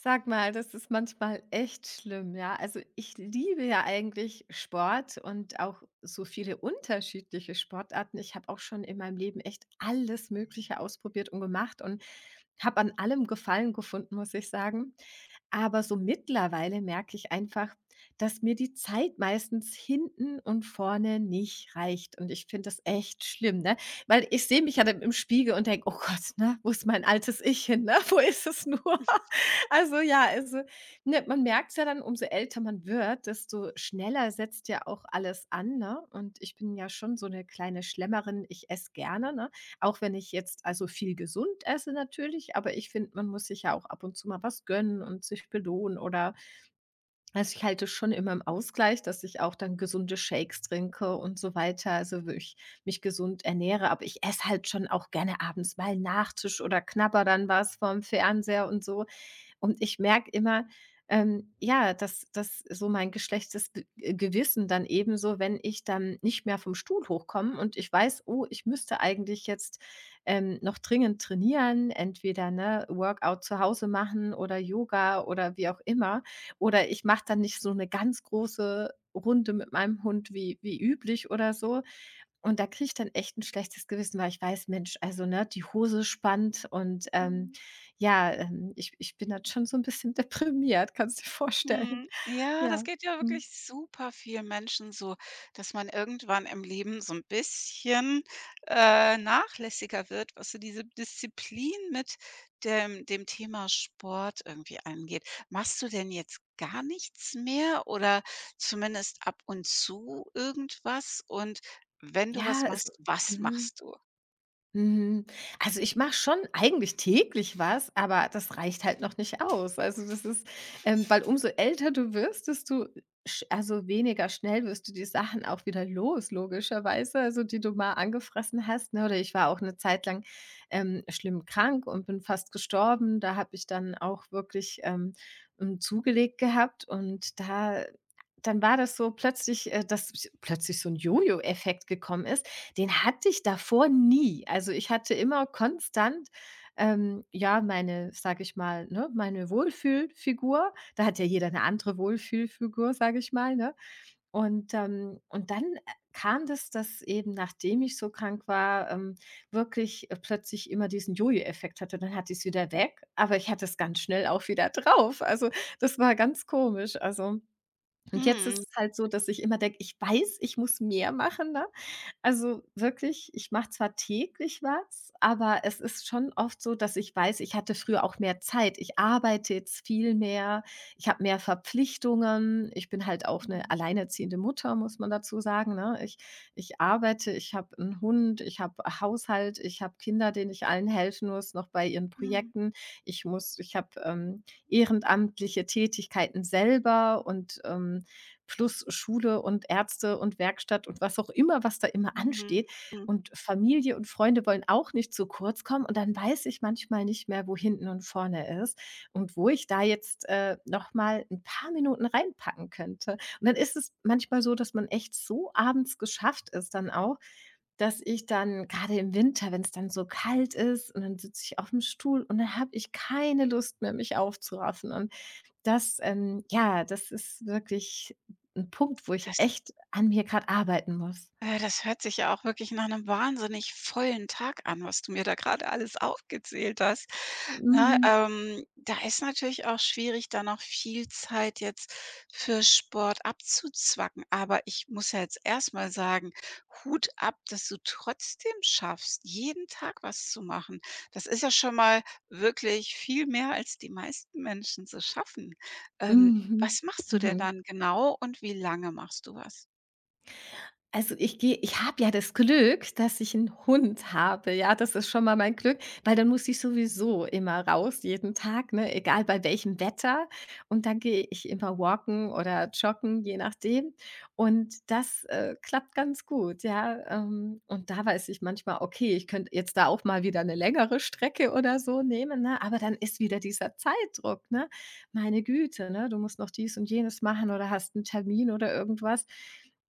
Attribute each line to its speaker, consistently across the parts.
Speaker 1: Sag mal, das ist manchmal echt schlimm, ja. Also ich liebe ja eigentlich Sport und auch so viele unterschiedliche Sportarten. Ich habe auch schon in meinem Leben echt alles Mögliche ausprobiert und gemacht und habe an allem Gefallen gefunden, muss ich sagen. Aber so mittlerweile merke ich einfach, dass mir die Zeit meistens hinten und vorne nicht reicht. Und ich finde das echt schlimm, ne? Weil ich sehe mich ja dann im Spiegel und denke, oh Gott, ne, wo ist mein altes Ich hin, ne? Wo ist es nur? Also ja, also, ne, man merkt's ja dann, umso älter man wird, desto schneller setzt ja auch alles an, ne? Und ich bin ja schon so eine kleine Schlemmerin. Ich esse gerne, ne? Auch wenn ich jetzt also viel gesund esse natürlich, aber ich finde, man muss sich ja auch ab und zu mal was gönnen und sich belohnen oder also, ich halte es schon immer im Ausgleich, dass ich auch dann gesunde Shakes trinke und so weiter, also wo ich mich gesund ernähre, aber ich esse halt schon auch gerne abends mal 'n Nachtisch oder knabber dann was vorm Fernseher und so. Und ich merke immer, ja, dass das so mein geschlechtes G Gewissen dann ebenso, wenn ich dann nicht mehr vom Stuhl hochkomme und ich weiß: „Oh, ich müsste eigentlich jetzt, noch dringend trainieren, entweder, ne, Workout zu Hause machen oder Yoga oder wie auch immer. Oder ich mache dann nicht so eine ganz große Runde mit meinem Hund wie üblich oder so, und da kriege ich dann echt ein schlechtes Gewissen, weil ich weiß: „Mensch, also, ne, die Hose spannt und,
Speaker 2: Mhm.
Speaker 1: ja, ich bin dann schon so ein bisschen deprimiert“, kannst du dir vorstellen.
Speaker 2: Mhm. Ja, das
Speaker 1: Ja.
Speaker 2: geht ja
Speaker 1: Mhm.
Speaker 2: wirklich super vielen Menschen so, dass man irgendwann im Leben so ein bisschen nachlässiger wird, was so diese Disziplin mit dem Thema Sport irgendwie angeht. Machst du denn jetzt gar nichts mehr oder zumindest ab und zu irgendwas? Und wenn du
Speaker 1: Ja, es
Speaker 2: was
Speaker 1: mhm.
Speaker 2: machst du?
Speaker 1: Mhm. Also, ich mache schon eigentlich täglich was, aber das reicht halt noch nicht aus. Also, das ist weil umso älter du wirst, desto sch also, weniger schnell wirst du die Sachen auch wieder los, logischerweise, also, die du mal angefressen hast, ne? Oder ich war auch eine Zeit lang, schlimm krank und bin fast gestorben. Da habe ich dann auch wirklich, zugelegt gehabt und da dann war das so plötzlich, dass plötzlich so ein Jojo-Effekt gekommen ist. Den hatte ich davor nie. Also, ich hatte immer konstant, ja, meine, sage ich mal, ne, meine Wohlfühlfigur. Da hat ja jeder eine andere Wohlfühlfigur, sage ich mal, ne? Und dann, kam das, dass eben, nachdem ich so krank war, wirklich, plötzlich immer diesen Jojo-Effekt hatte. Dann hatte ich es wieder weg, aber ich hatte es ganz schnell auch wieder drauf. Also, das war ganz komisch. Also und jetzt
Speaker 2: Mhm.
Speaker 1: ist es halt so, dass ich immer denke, ich weiß, ich muss mehr machen, ne? Also wirklich, ich mache zwar täglich was, aber es ist schon oft so, dass ich weiß, ich hatte früher auch mehr Zeit. Ich arbeite jetzt viel mehr, ich habe mehr Verpflichtungen. Ich bin halt auch eine
Speaker 2: Mhm.
Speaker 1: alleinerziehende Mutter, muss man dazu sagen, ne? Ich arbeite, ich habe einen Hund, ich habe Haushalt, ich habe Kinder, denen ich allen helfen muss, noch bei ihren
Speaker 2: Mhm.
Speaker 1: Projekten. Ich habe, ehrenamtliche Tätigkeiten selber und, plus Schule und Ärzte und Werkstatt und was auch immer, was da immer ansteht.
Speaker 2: Mhm.
Speaker 1: Und Familie und Freunde wollen auch nicht zu kurz kommen. Und dann weiß ich manchmal nicht mehr, wo hinten und vorne ist und wo ich da jetzt noch mal ein paar Minuten reinpacken könnte. Und dann ist es manchmal so, dass man echt so abends geschafft ist dann auch, dass ich dann gerade im Winter, wenn es dann so kalt ist und dann sitze ich auf dem Stuhl und dann habe ich keine Lust mehr, mich aufzuraffen. Und das, ja, das ist wirklich ein Punkt, wo ich
Speaker 2: Das
Speaker 1: echt an mir gerade arbeiten muss.
Speaker 2: das hört sich ja auch wirklich nach einem wahnsinnig vollen Tag an, was du mir da gerade alles aufgezählt hast, ne?
Speaker 1: Mhm.
Speaker 2: Da ist natürlich auch schwierig, da noch viel Zeit jetzt für Sport abzuzwacken. Aber ich muss ja jetzt erst mal sagen, Hut ab, dass du trotzdem schaffst, jeden Tag was zu machen. Das ist ja schon mal wirklich viel mehr, als die meisten Menschen so schaffen. Ähm,
Speaker 1: Mhm.
Speaker 2: Was machst du denn
Speaker 1: Mhm.
Speaker 2: dann genau und wie lange machst du was?
Speaker 1: Also, ich habe ja das Glück, dass ich einen Hund habe, ja? Das ist schon mal mein Glück, weil dann muss ich sowieso immer raus jeden Tag, ne, egal bei welchem Wetter. Und dann gehe ich immer walken oder joggen, je nachdem. Und das, klappt ganz gut, ja? Und da weiß ich manchmal: „Okay, ich könnte jetzt da auch mal wieder eine längere Strecke oder so nehmen“, ne? Aber dann ist wieder dieser Zeitdruck, ne? Meine Güte, ne? Du musst noch dies und jenes machen oder hast einen Termin oder irgendwas.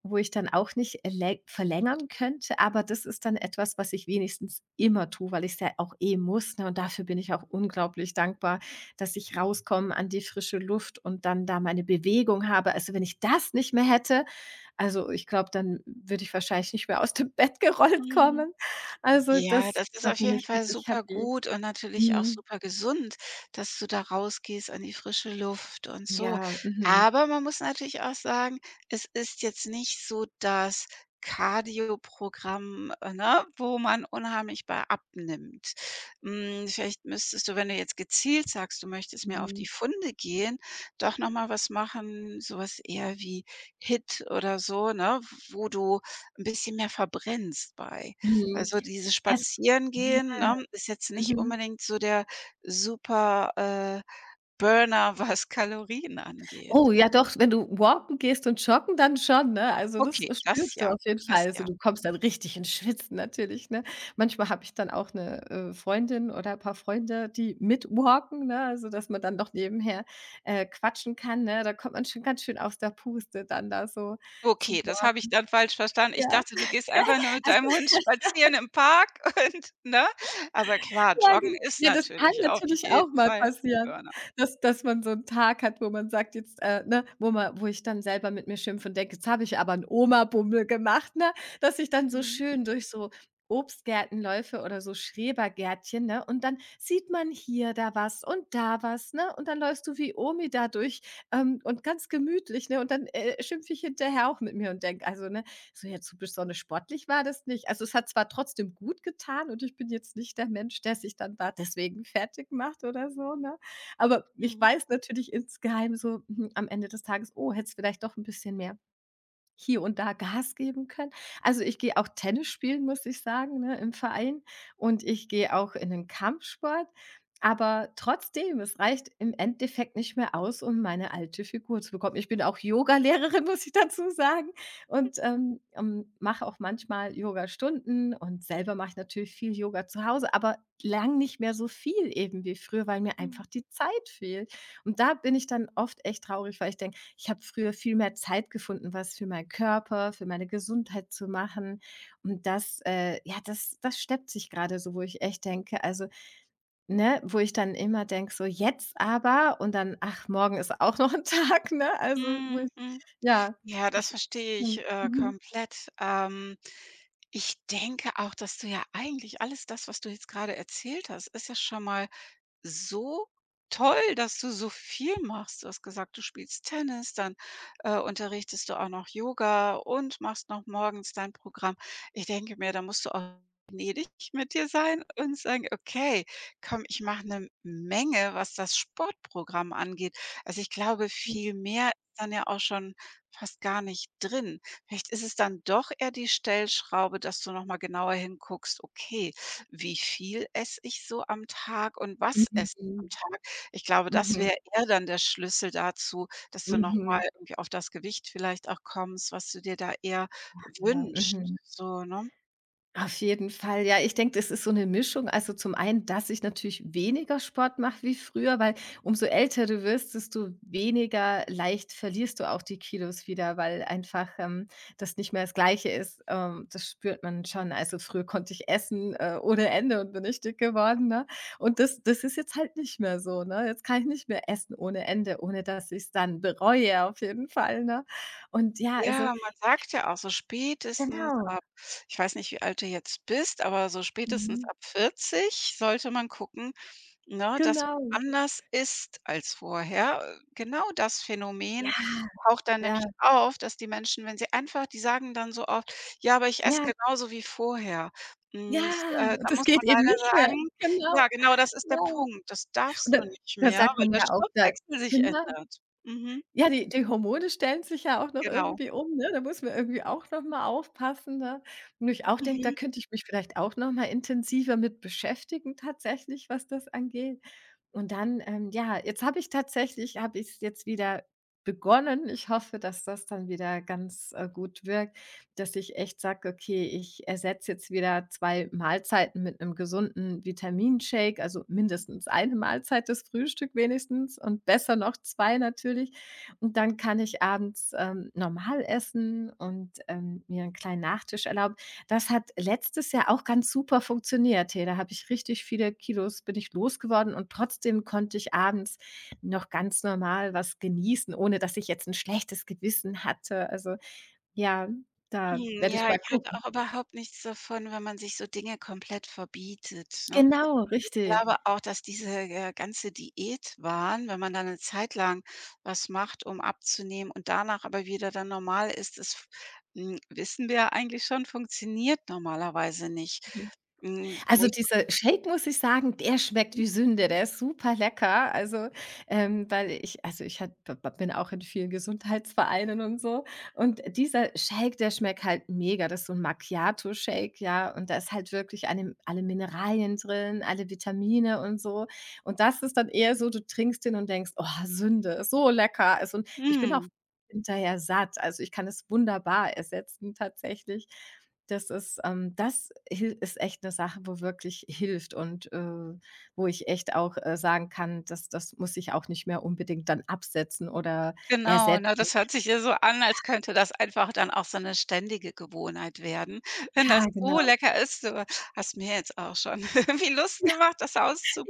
Speaker 1: Wo ich dann auch nicht lä verlängern könnte, aber das ist dann etwas, was ich wenigstens immer tue, weil ich es ja auch eh muss, ne? Und dafür bin ich auch unglaublich dankbar, dass ich rauskomme an die frische Luft und dann da meine Bewegung habe. Also, wenn ich das nicht mehr hätte, also, ich glaube, dann würde ich wahrscheinlich nicht mehr aus dem Bett gerollt
Speaker 2: Mhm.
Speaker 1: kommen. Also,
Speaker 2: Ja,
Speaker 1: das
Speaker 2: das ist
Speaker 1: da
Speaker 2: auf
Speaker 1: bin
Speaker 2: jeden
Speaker 1: ich
Speaker 2: Fall
Speaker 1: wirklich
Speaker 2: super
Speaker 1: happy.
Speaker 2: gut und natürlich auch
Speaker 1: Mhm.
Speaker 2: super gesund, dass du da rausgehst an die frische Luft und so.
Speaker 1: Ja, mhm.
Speaker 2: Aber man muss natürlich auch sagen, es ist jetzt nicht so das Cardio-Programm, ne, wo man unheimlich bei abnimmt. Hm, vielleicht müsstest du, wenn du jetzt gezielt sagst, du möchtest mehr auf die
Speaker 1: Mhm.
Speaker 2: Funde gehen, doch noch mal was machen, sowas eher wie Hit oder so, ne, wo du ein bisschen mehr verbrennst bei.
Speaker 1: Mhm.
Speaker 2: Also, dieses
Speaker 1: Es
Speaker 2: Spazierengehen,
Speaker 1: ja,
Speaker 2: ne, ist jetzt nicht
Speaker 1: mhm.
Speaker 2: unbedingt so der super Burner, was Kalorien angeht.
Speaker 1: Oh, ja doch, wenn du walken gehst und joggen, dann schon, ne? Also, das
Speaker 2: Okay, das
Speaker 1: spürst du
Speaker 2: ja,
Speaker 1: auf jeden Fall.
Speaker 2: das
Speaker 1: Also,
Speaker 2: ja.
Speaker 1: du kommst dann richtig ins Schwitzen natürlich, ne? Manchmal habe ich dann auch 'ne, Freundin oder ein paar Freunde, die mit walken, ne? Also, dass man dann noch nebenher, quatschen kann, ne? Da kommt man schon ganz schön aus der Puste dann da so zu
Speaker 2: Okay, das habe
Speaker 1: walken,
Speaker 2: ich dann falsch verstanden. Ich
Speaker 1: ja.
Speaker 2: dachte, du gehst einfach nur mit
Speaker 1: Also
Speaker 2: deinem Hund spazieren im Park und ne? Aber klar,
Speaker 1: Ja,
Speaker 2: Joggen
Speaker 1: genau.
Speaker 2: ist
Speaker 1: Ja, das kann
Speaker 2: natürlich auf
Speaker 1: natürlich auch
Speaker 2: jeden
Speaker 1: mal
Speaker 2: Fall 'n
Speaker 1: passieren,
Speaker 2: Burner.
Speaker 1: dass man so 'n Tag hat, wo man sagt jetzt, ne wo ich dann selber mit mir schimpfe und denke: „Jetzt habe ich aber 'n Oma-Bummel gemacht“, ne? Dass ich dann so
Speaker 2: Mhm,
Speaker 1: schön durch so Obstgärten läufe oder so Schrebergärtchen, ne? Und dann sieht man hier da was und da was, ne? Und dann läufst du wie Omi da durch, und ganz gemütlich, ne? Und dann, schimpfe ich hinterher auch mit mir und denke: „Also, ne, so, ja, so besonders sportlich war das nicht. Also, es hat zwar trotzdem gut getan und ich bin jetzt nicht der Mensch, der sich dann da deswegen fertig macht oder so, ne? Aber ich
Speaker 2: mhm,
Speaker 1: weiß natürlich insgeheim so, hm, am Ende des Tages: „Oh, hätte es vielleicht doch ein bisschen mehr“ hier und da Gas geben können. Also, ich gehe auch Tennis spielen, muss ich sagen, ne, im Verein und ich gehe auch in den Kampfsport. Aber trotzdem, es reicht im Endeffekt nicht mehr aus, um meine alte Figur zu bekommen. Ich bin auch Yogalehrerin, muss ich dazu sagen und, mache auch manchmal Yogastunden und selber mache ich natürlich viel Yoga zu Hause, aber lang nicht mehr so viel eben wie früher, weil mir
Speaker 2: mhm,
Speaker 1: einfach die Zeit fehlt. Und da bin ich dann oft echt traurig, weil ich denke: ich habe früher viel mehr Zeit gefunden, was für meinen Körper, für meine Gesundheit zu machen. Und das, ja, das steppt sich gerade, so, wo ich echt denke also, ne, wo ich dann immer denke, so: „Jetzt aber“ und dann: „Ach, morgen ist auch noch ein Tag“, ne? Also,
Speaker 2: mhm, mhm.
Speaker 1: ja,
Speaker 2: Ja,
Speaker 1: wo
Speaker 2: das
Speaker 1: ich
Speaker 2: verstehe
Speaker 1: ja,
Speaker 2: ich
Speaker 1: mhm,
Speaker 2: komplett. Ich denke auch, dass du ja eigentlich alles das, was du jetzt gerade erzählt hast, ist ja schon mal so toll, dass du so viel machst. Du hast gesagt, du spielst Tennis, dann, unterrichtest du auch noch Yoga und machst noch morgens dein Programm. Ich denke mir, da musst du auch gnädig mit dir sein und sagen: „Okay, komm, ich mache eine Menge, was das Sportprogramm angeht.“ Also, ich glaube, viel mehr ist dann ja auch schon fast gar nicht drin. Vielleicht ist es dann doch eher die Stellschraube, dass du noch mal genauer hinguckst: „Okay, wie viel esse ich so am Tag und was
Speaker 1: mhm,
Speaker 2: esse ich
Speaker 1: mhm,
Speaker 2: am Tag? Ich glaube, das
Speaker 1: mhm,
Speaker 2: wäre eher dann der Schlüssel dazu, dass du
Speaker 1: mhm,
Speaker 2: nochmal irgendwie auf das Gewicht vielleicht auch kommst, was du dir da eher
Speaker 1: ja,
Speaker 2: wünschst,
Speaker 1: mhm.
Speaker 2: so, ne?
Speaker 1: Auf jeden Fall. Ja, ich denke, das ist so eine Mischung. Also, zum einen, dass ich natürlich weniger Sport mache wie früher, weil umso älter du wirst, desto weniger leicht verlierst du auch die Kilos wieder, weil einfach, das nicht mehr das Gleiche ist. Das spürt man schon. Also, früher konnte ich essen, ohne Ende und bin nicht dick geworden, ne? Und das ist jetzt halt nicht mehr so, ne? Jetzt kann ich nicht mehr essen ohne Ende, ohne dass ich es dann bereue auf jeden Fall, ne? Und ja, also
Speaker 2: Ja, man sagt ja auch so spätestens
Speaker 1: genau.
Speaker 2: ab ich weiß nicht, wie alt du jetzt bist, aber so spätestens
Speaker 1: Mhm.
Speaker 2: ab 40 sollte man gucken. Ne, dass man
Speaker 1: Genau.
Speaker 2: anders isst als vorher. Genau das
Speaker 1: Ja.
Speaker 2: Phänomen taucht dann nämlich
Speaker 1: Ja,
Speaker 2: auf, dass die Menschen, wenn sie einfach die sagen dann so oft: „Ja, aber ich esse
Speaker 1: ja,
Speaker 2: genauso wie vorher.“ Hm,
Speaker 1: ja,
Speaker 2: äh,
Speaker 1: und
Speaker 2: da
Speaker 1: das
Speaker 2: muss
Speaker 1: geht
Speaker 2: man
Speaker 1: eben
Speaker 2: leider
Speaker 1: nicht mehr.
Speaker 2: sagen,
Speaker 1: Genau,
Speaker 2: ja, genau das ist der
Speaker 1: ja.
Speaker 2: Punkt. Das darfst
Speaker 1: Und
Speaker 2: du
Speaker 1: da
Speaker 2: nicht
Speaker 1: da
Speaker 2: mehr,
Speaker 1: sagt
Speaker 2: weil
Speaker 1: man
Speaker 2: der
Speaker 1: ja auch da
Speaker 2: Stoffwechsel sich
Speaker 1: genau.
Speaker 2: ändert. Mhm,
Speaker 1: Ja, die die Hormone stellen sich ja auch noch
Speaker 2: genau.
Speaker 1: irgendwie um, ne? Da muss man irgendwie auch noch mal aufpassen, ne? Wo ich auch denke, da
Speaker 2: Mhm.
Speaker 1: könnte ich mich vielleicht auch noch mal intensiver mit beschäftigen tatsächlich, was das angeht. Und dann, ja, jetzt habe ich tatsächlich habe ich's jetzt wieder begonnen. Ich hoffe, dass das dann wieder ganz, gut wirkt, dass ich echt sage: „Okay, ich ersetze jetzt wieder 2 Mahlzeiten mit 'nem gesunden Vitaminshake“, also mindestens eine Mahlzeit, das Frühstück wenigstens und besser noch 2 natürlich. Und dann kann ich abends, normal essen und, mir einen kleinen Nachtisch erlauben. Das hat letztes Jahr auch ganz super funktioniert. Hey, da habe ich richtig viele Kilos bin ich losgeworden und trotzdem konnte ich abends noch ganz normal was genießen, ohne dass ich jetzt ein schlechtes Gewissen hatte. Also, ja, da
Speaker 2: Mhm,
Speaker 1: werde ich
Speaker 2: ja, ich
Speaker 1: mal
Speaker 2: halte
Speaker 1: gucken.
Speaker 2: auch überhaupt nichts davon, wenn man sich so Dinge komplett verbietet, ne?
Speaker 1: Genau,
Speaker 2: Ich
Speaker 1: richtig.
Speaker 2: glaube auch, dass diese ganze Diätwahn, wenn man dann 'ne Zeit lang was macht, um abzunehmen und danach aber wieder dann normal ist, das, hm, wissen wir eigentlich schon, funktioniert normalerweise nicht.
Speaker 1: Mhm.
Speaker 2: Hm, wo
Speaker 1: Also,
Speaker 2: ich
Speaker 1: dieser Shake, muss ich sagen, der schmeckt wie Sünde, der ist super lecker. Also, weil ich also, ich hat b b bin auch in vielen Gesundheitsvereinen und so. Und dieser Shake, der schmeckt halt mega. Das ist so ein Macchiato-Shake, ja, und da ist halt wirklich alle Mineralien drin, alle Vitamine und so. Und das ist dann eher so, du trinkst den und denkst: „Oh, Sünde, so lecker.“ Also, und ich bin auch
Speaker 2: mhm,
Speaker 1: hinterher satt. Also, ich kann es wunderbar ersetzen tatsächlich. Das ist das hil ist echt eine Sache, wo wirklich hilft und, wo ich echt auch, sagen kann, dass das muss ich auch nicht mehr unbedingt dann absetzen oder
Speaker 2: genau, ne?
Speaker 1: ersetzen.
Speaker 2: Das hört sich ja so an, als könnte das einfach dann auch so 'ne ständige Gewohnheit werden. Wenn das
Speaker 1: Ja,
Speaker 2: so
Speaker 1: genau.
Speaker 2: lecker ist, so hast mir jetzt auch schon irgendwie Lust gemacht, das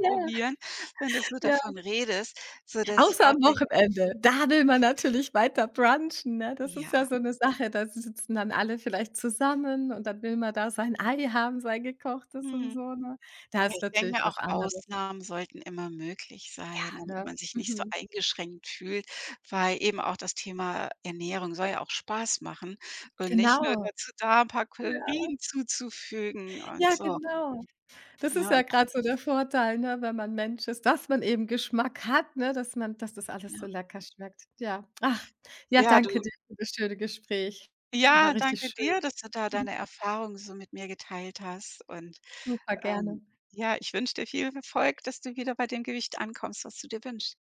Speaker 1: Ja,
Speaker 2: wenn du so
Speaker 1: ja.
Speaker 2: davon redest, sodass ich
Speaker 1: Außer
Speaker 2: auch
Speaker 1: am
Speaker 2: denke
Speaker 1: Wochenende. Da will man natürlich weiter brunchen, ne? Das ist ja
Speaker 2: ja,
Speaker 1: so eine Sache, da sitzen dann alle vielleicht zusammen und dann will man da sein Ei haben, sein gekochtes und
Speaker 2: mhm.
Speaker 1: so, ne? Da
Speaker 2: Ja,
Speaker 1: ist
Speaker 2: ich denke mir
Speaker 1: natürlich
Speaker 2: auch,
Speaker 1: was anderes.
Speaker 2: Ausnahmen sollten immer möglich sein,
Speaker 1: Ja,
Speaker 2: damit
Speaker 1: ne?
Speaker 2: man sich nicht so
Speaker 1: Mhm.
Speaker 2: eingeschränkt fühlt, weil eben auch das Thema Ernährung soll ja auch Spaß machen und nicht nur
Speaker 1: Genau.
Speaker 2: dazu da, ein paar
Speaker 1: Ja.
Speaker 2: Kalorien zuzufügen und
Speaker 1: Ja,
Speaker 2: so,
Speaker 1: genau. Das
Speaker 2: ne?
Speaker 1: ist ja
Speaker 2: Und das
Speaker 1: gerade so der Vorteil, ne, wenn man Mensch ist, dass man eben Geschmack hat, ne, dass das alles so
Speaker 2: genau.
Speaker 1: lecker schmeckt. Ja. Ach, ja,
Speaker 2: Ja, du
Speaker 1: danke dir für das schöne Gespräch. War
Speaker 2: ja,
Speaker 1: richtig
Speaker 2: danke
Speaker 1: schön.
Speaker 2: dir, dass du da
Speaker 1: Mhm.
Speaker 2: deine Erfahrungen so mit mir geteilt hast und,
Speaker 1: Super, gerne.
Speaker 2: ähm, ja, ich wünsche dir viel Erfolg, dass du wieder bei dem Gewicht ankommst, was du dir wünschst.